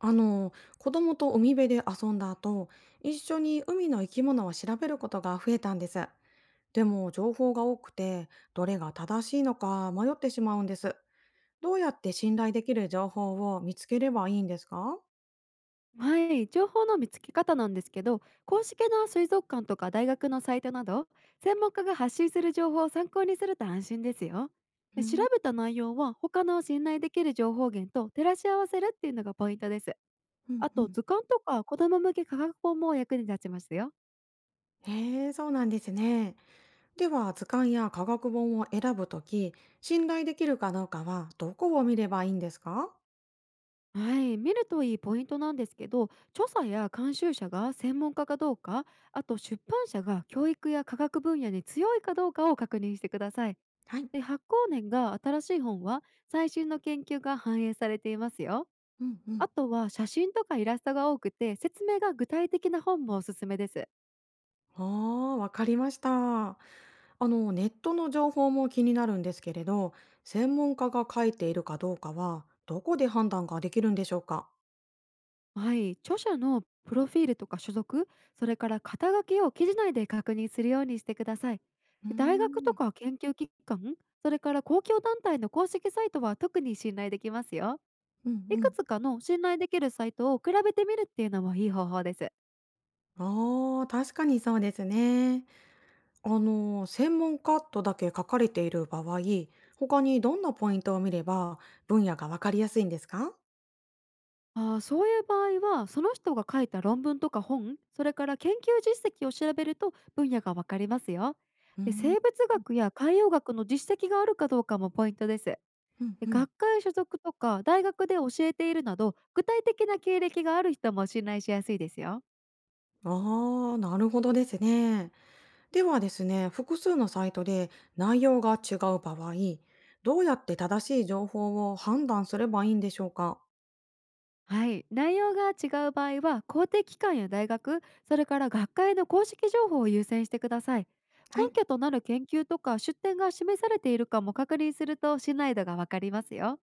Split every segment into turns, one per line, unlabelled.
あの子供と海辺で遊んだ後、一緒に海の生き物を調べることが増えたんです。でも情報が多くて、どれが正しいのか迷ってしまうんです。どうやって信頼できる情報を見つければいいんですか？
はい、情報の見つけ方なんですけど、公式な水族館とか大学のサイトなど、専門家が発信する情報を参考にすると安心ですよ。
う
で、調
ん、
べた内容は他の信頼できる情報源と照らし合わせるっていうのがポイントです。
うん、
あ
う
と、
ん。
図鑑とか子ども向け科学本も役に立ちますよ。
へえ、そうなんですね。では図鑑や科学本を選ぶとき、信頼できるかどうかはどこを見ればいいんですか？
はい、見るといいポイントなんですけど、著者や監修者が専門家かどうか、あと出版社が教育や科学分野に強いかどうかを確認してください。
はい。
で、発行年が新しい本は最新の研究が反映されていますよ。
うん、う
あ
ん。
とは写真とかイラストが多くて説明が具体的な本もおすすめです。
ああ、わかりました。あの、ネットの情報も気になるんですけれど、専門家が書いているかどうかは、どこで判断ができるんでしょうか？
はい、著者のプロフィールとか所属、それから肩書きを記事内で確認するようにしてください。
うー
で、大学と
ん、
か研究機関、それから公共団体の公式サイトは特に信頼できますよ。
うん
い
う
く
ん。
つかの信頼できるサイトを比べてみるっていうのもいい方法です。
ああ、確かにそうですね。あの、専門家とだけ書かれている場合、他にどんなポイントを見れば分野がわかりやすいんですか？
ああ、そういう場合は、その人が書いた論文とか本、それから研究実績を調べると分野がわかりますよ。
うー
で、
ん、
生物学や海洋学の実績があるかどうかもポイントです。
うん
で、
うん。
学会所属とか大学で教えているなど、具体的な経歴がある人も信頼しやすいですよ。
ああー、なるほどですね。ではですね、複数のサイトで内容が違う場合、どうやって正しい情報を判断すればいいんでしょうか？
はい、内容が違う場合は公的機関や大学、それから学会の公式情報を優先してください。
は
根
い。
拠となる研究とか出典が示されているかも確認すると信頼度がわかりますよ。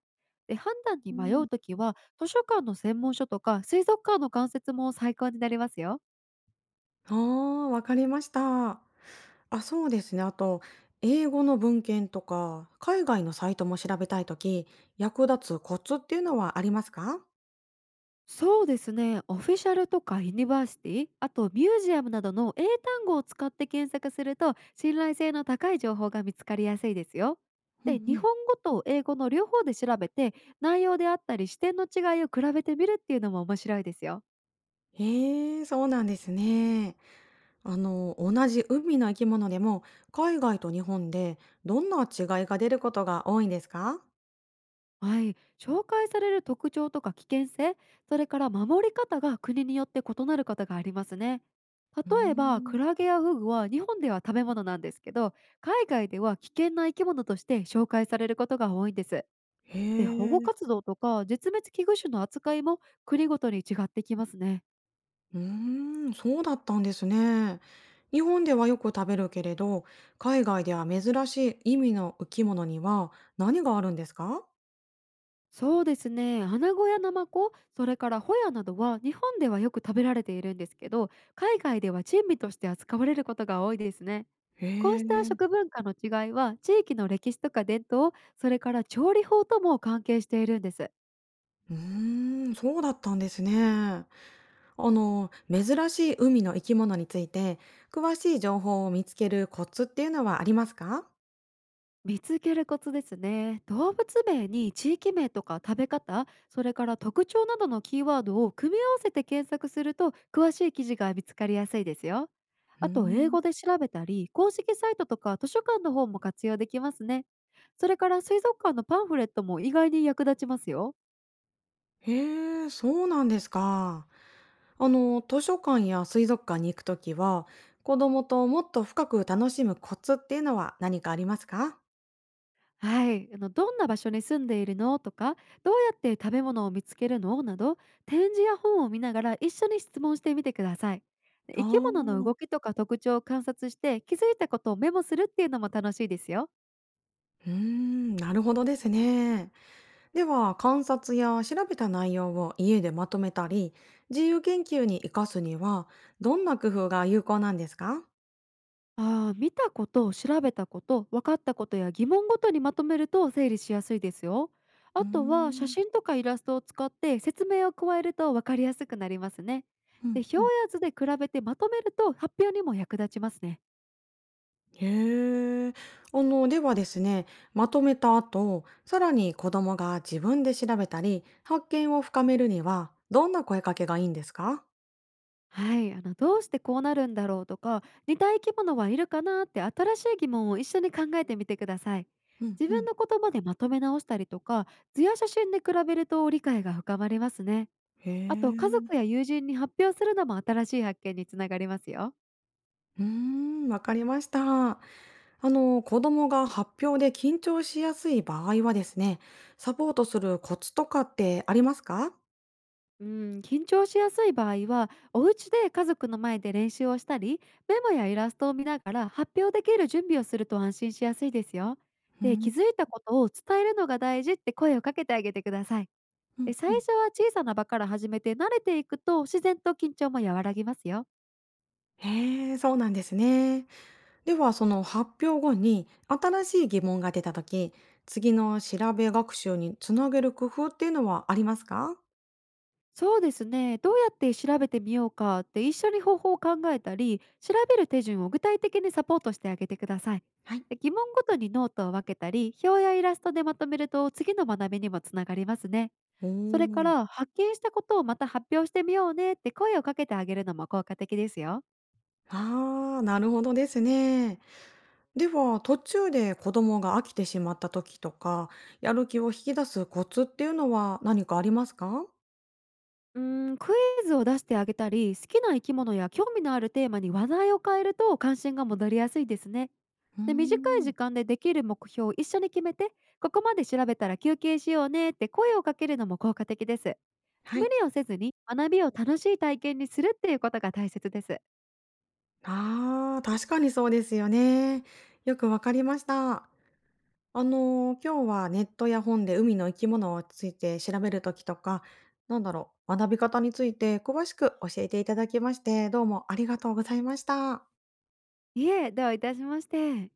で、判断に
う
迷
ん、
うときは図書館の専門書とか水族館の関節も参考になりますよ。
ああ、わかりました。あ、そうですね。あと、英語の文献とか、海外のサイトも調べたいとき、役立つコツっていうのはありますか？
そうですね。オフィシャルとかユニバーシティ、あとミュージアムなどの英単語を使って検索すると信頼性の高い情報が見つかりやすいですよ。
う
で、
んう
日
ん。
本語と英語の両方で調べて、内容であったり視点の違いを比べてみるっていうのも面白いですよ。
へえ、そうなんですね。あの、同じ海の生き物でも、海外と日本でどんな違いが出ることが多いんですか？
はい、紹介される特徴とか危険性、それから守り方が国によって異なることがありますね。
うー
例えば
ん。
クラゲやフグは日本では食べ物なんですけど、海外では危険な生き物として紹介されることが多いんです。
へ
で、保護
え、
活動とか絶滅危惧種の扱いも国ごとに違ってきますね。
うーん、そうだったんですね。日本ではよく食べるけれど、海外では珍しい意味の生き物には何があるんですか？
そうですね。アナゴやナマコ、それからホヤなどは日本ではよく食べられているんですけど、海外では珍味として扱われることが多いですね。
へ
こうした
え、
食文化の違いは地域の歴史とか伝統、それから調理法とも関係しているんです。
うーん、そうだったんですね。あの、珍しい海の生き物について、詳しい情報を見つけるコツっていうのはありますか？
見つけるコツですね。動物名に地域名とか食べ方、それから特徴などのキーワードを組み合わせて検索すると詳しい記事が見つかりやすいですよ。
うー
あと英
ん。
語で調べたり、公式サイトとか図書館の方も活用できますね。それから水族館のパンフレットも意外に役立ちますよ。
へえ、そうなんですか。あの、図書館や水族館に行くときは、子供ともっと深く楽しむコツっていうのは何かありますか？
はい、どんな場所に住んでいるのとか、どうやって食べ物を見つけるのなど、展示や本を見ながら一緒に質問してみてください。で、
あ
生き物の
ー、
動きとか特徴を観察して気づいたことをメモするっていうのも楽しいですよ。
うーん、なるほどですね。では、観察や調べた内容を家でまとめたり、自由研究に活かすには、どんな工夫が有効なんですか？
あー、見たこと、調べたこと、分かったことや疑問ごとにまとめると整理しやすいですよ。
う
あ
ー
とは写
ん、
真とかイラストを使って説明を加えると分かりやすくなりますね。
う
で、
ん
表
う
や
ん。
図で比べてまとめると発表にも役立ちますね。
へえ。あの、ではですね、まとめた後、さらに子供が自分で調べたり、発見を深めるには、どんな声かけがいいんですか？
はい、どうしてこうなるんだろうとか、似た生き物はいるかなって新しい疑問を一緒に考えてみてください。
うん
自
うん。
分の言葉でまとめ直したりとか、図や写真で比べると理解が深まりますね。
へ
あと家
え。
族や友人に発表するのも新しい発見につながりますよ。
うーん、わかりました。あの、子供が発表で緊張しやすい場合はですね、サポートするコツとかってありますか？
うん、緊張しやすい場合はお家で家族の前で練習をしたり、メモやイラストを見ながら発表できる準備をすると安心しやすいですよ。
う
で、
ん、
気づいたことを伝えるのが大事って声をかけてあげてください。
う
え、
ん、う
最
ん。
初は小さな場から始めて慣れていくと自然と緊張も和らぎますよ。
へえ、そうなんですね。では、その発表後に新しい疑問が出たとき、次の調べ学習につなげる工夫っていうのはありますか？
そうですね。どうやって調べてみようかって一緒に方法を考えたり、調べる手順を具体的にサポートしてあげてください。
はい。
で、疑問ごとにノートを分けたり、表やイラストでまとめると次の学びにもつながりますね。
うー
それか
ん。
ら発見したことをまた発表してみようねって声をかけてあげるのも効果的ですよ。
ああ、なるほどですね。では、途中で子供が飽きてしまった時とか、やる気を引き出すコツっていうのは何かありますか？
うーん、クイズを出してあげたり、好きな生き物や興味のあるテーマに話題を変えると関心が戻りやすいですね。
うー
で、短い
ん。
時間でできる目標を一緒に決めて、ここまで調べたら休憩しようねって声をかけるのも効果的です。
は
無
い。
理をせずに学びを楽しい体験にするっていうことが大切です。
ああ、確かにそうですよね。よくわかりました。あの、今日はネットや本で海の生き物について調べるときとか、なんだろう、学び方について詳しく教えていただきまして、どうもありがとうございました。
いえ、どういたしまして。